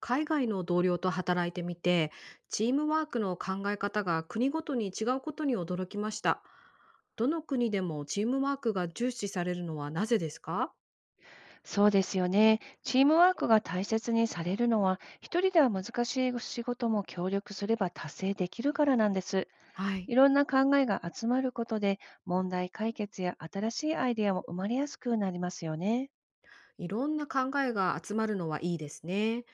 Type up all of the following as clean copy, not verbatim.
海外の同僚と働いてみて、チームワークの考え方が国ごとに違うことに驚きました。どの国でもチームワークが重視されるのはなぜですか？そうですよね。チームワークが大切にされるのは、一人では難しい仕事も協力すれば達成できるからなんです。はい。いろんな考えが集まることで、問題解決や新しいアイデアも生まれやすくなりますよね。いろんな考えが集まるのはいいですね。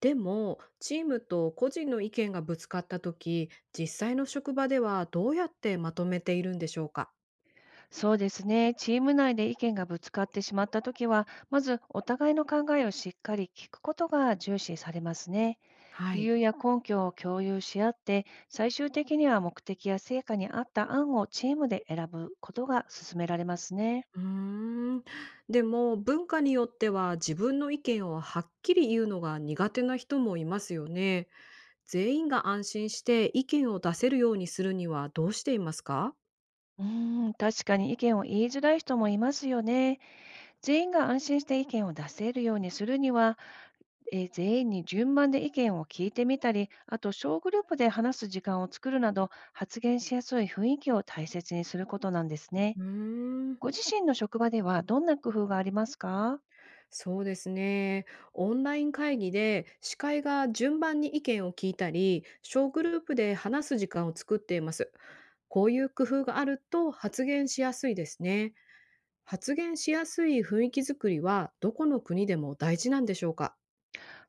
でもチームと個人の意見がぶつかった時、実際の職場ではどうやってまとめているんでしょうか？そうですね。チーム内で意見がぶつかってしまったときは、まずお互いの考えをしっかり聞くことが重視されますね。は理い。由や根拠を共有し合って、最終的には目的や成果に合った案をチームで選ぶことが勧められますね。うーん。でも、文化によっては自分の意見をはっきり言うのが苦手な人もいますよね。全員が安心して意見を出せるようにするにはどうしていますか？うーん、確かに意見を言いづらい人もいますよね。全員が安心して意見を出せるようにするには、全員に順番で意見を聞いてみたり、あと小グループで話す時間を作るなど、発言しやすい雰囲気を大切にすることなんですね。うーん、ご自身の職場ではどんな工夫がありますか？そうですね。オンライン会議で司会が順番に意見を聞いたり、小グループで話す時間を作っています。こういう工夫があると発言しやすいですね。発言しやすい雰囲気づくりはどこの国でも大事なんでしょうか？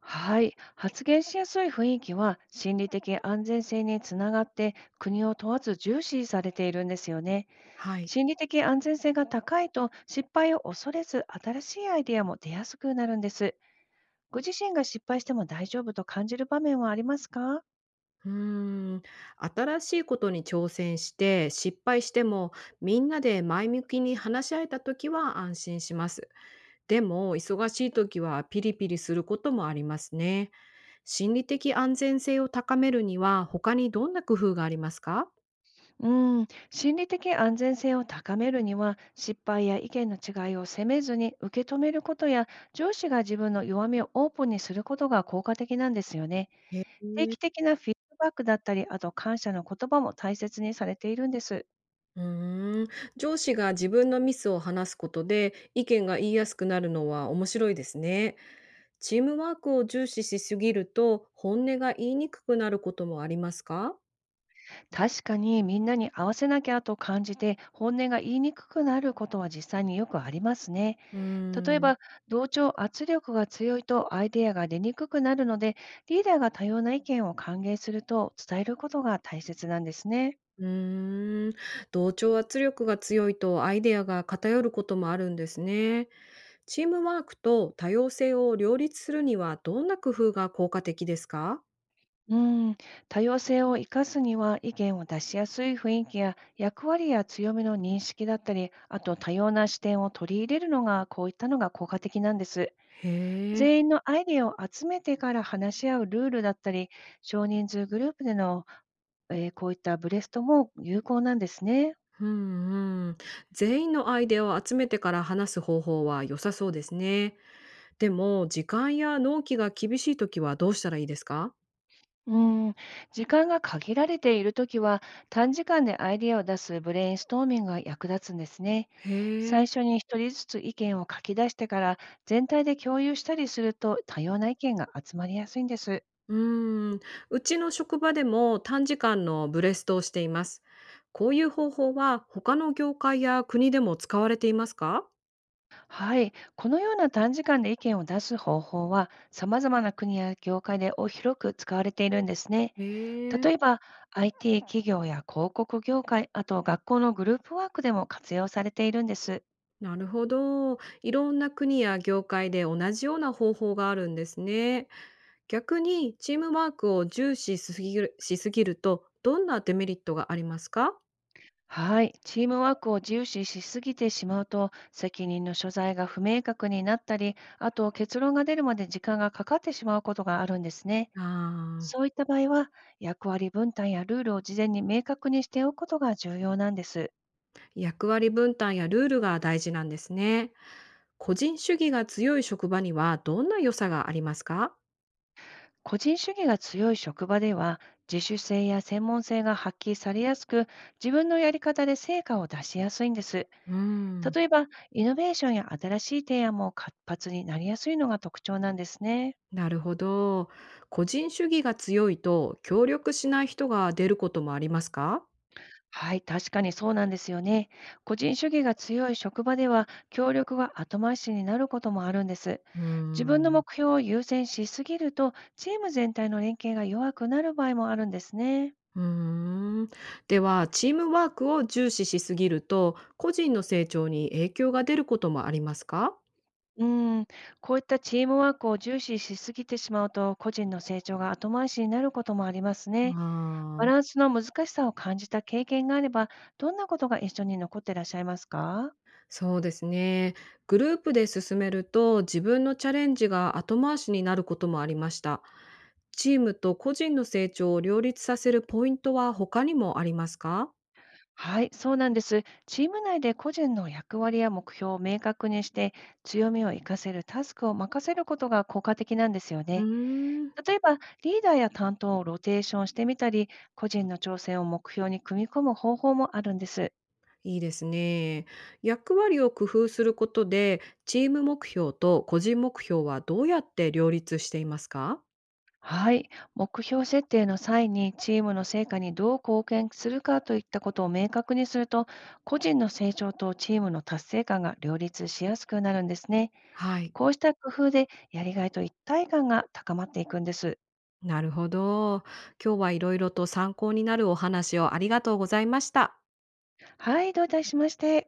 はい、発言しやすい雰囲気は心理的安全性につながって国を問わず重視されているんですよね。はい。心理的安全性が高いと失敗を恐れず新しいアイデアも出やすくなるんです。ご自身が失敗しても大丈夫と感じる場面はありますか？うーん、新しいことに挑戦して失敗しても、みんなで前向きに話し合えた時は安心します。でも忙しい時はピリピリすることもありますね。心理的安全性を高めるには他にどんな工夫がありますか？うん、心理的安全性を高めるには失敗や意見の違いを責めずに受け止めることや上司が自分の弱みをオープンにすることが効果的なんですよね。へえ。定期的なフィードバックだったり、あと感謝の言葉も大切にされているんです。うーん、上司が自分のミスを話すことで意見が言いやすくなるのは面白いですね。チームワークを重視しすぎると本音が言いにくくなることもありますか？確かにみんなに合わせなきゃと感じて、本音が言いにくくなることは実際によくありますね。うー例えん。ば、同調圧力が強いとアイデアが出にくくなるので、リーダーが多様な意見を歓迎すると伝えることが大切なんですね。うーん。同調圧力が強いとアイデアが偏ることもあるんですね。チームワークと多様性を両立するにはどんな工夫が効果的ですか？うん、多様性を生かすには意見を出しやすい雰囲気や役割や強みの認識だったり、あと多様な視点を取り入れるのが、こういったのが効果的なんです。へえ。全員のアイデアを集めてから話し合うルールだったり、少人数グループでの、こういったブレストも有効なんですね。うんうん。全員のアイデアを集めてから話す方法は良さそうですね。でも、時間や納期が厳しいときはどうしたらいいですか？うーん、時間が限られているときは、短時間でアイデアを出すブレインストーミングが役立つんですね。へ最え。初に一人ずつ意見を書き出してから、全体で共有したりすると、多様な意見が集まりやすいんです。うーん、うちの職場でも短時間のブレストをしています。こういう方法は他の業界や国でも使われていますか？はい、このような短時間で意見を出す方法は、様々な国や業界で広く使われているんですね。へえ、例えば、IT 企業や広告業界、あと学校のグループワークでも活用されているんです。なるほど。いろんな国や業界で同じような方法があるんですね。逆にチームワークを重視しすぎるとどんなデメリットがありますか？はい。チームワークを重視しすぎてしまうと、責任の所在が不明確になったり、あと結論が出るまで時間がかかってしまうことがあるんですね。ああ、そういった場合は、役割分担やルールを事前に明確にしておくことが重要なんです。役割分担やルールが大事なんですね。個人主義が強い職場にはどんな良さがありますか？個人主義が強い職場では、自主性や専門性が発揮されやすく、自分のやり方で成果を出しやすいんです。うん。例えば、イノベーションや新しい提案も活発になりやすいのが特徴なんですね。なるほど。個人主義が強いと協力しない人が出ることもありますか？はい、確かにそうなんですよね。個人主義が強い職場では、協力が後回しになることもあるんです。うー自分のん。目標を優先しすぎると、チーム全体の連携が弱くなる場合もあるんですね。うーん。では、チームワークを重視しすぎると、個人の成長に影響が出ることもありますか？うん、こういったチームワークを重視しすぎてしまうと、個人の成長が後回しになることもありますね。バあランあ、スの難しさを感じた経験があれば、どんなことが一緒に残っていらっしゃいますか？そうですね。グループで進めると、自分のチャレンジが後回しになることもありました。チームと個人の成長を両立させるポイントは他にもありますか？はい、そうなんです。チーム内で個人の役割や目標を明確にして、強みを活かせるタスクを任せることが効果的なんですようね。ーん。例えば、リーダーや担当をローテーションしてみたり、個人の挑戦を目標に組み込む方法もあるんです。いいですね。役割を工夫することで、チーム目標と個人目標はどうやって両立していますか？はい、目標設定の際にチームの成果にどう貢献するかといったことを明確にすると、個人の成長とチームの達成感が両立しやすくなるんですね。はい。こうした工夫で、やりがいと一体感が高まっていくんです。なるほど。今日はいろいろと参考になるお話をありがとうございました。はい、どういたしまして。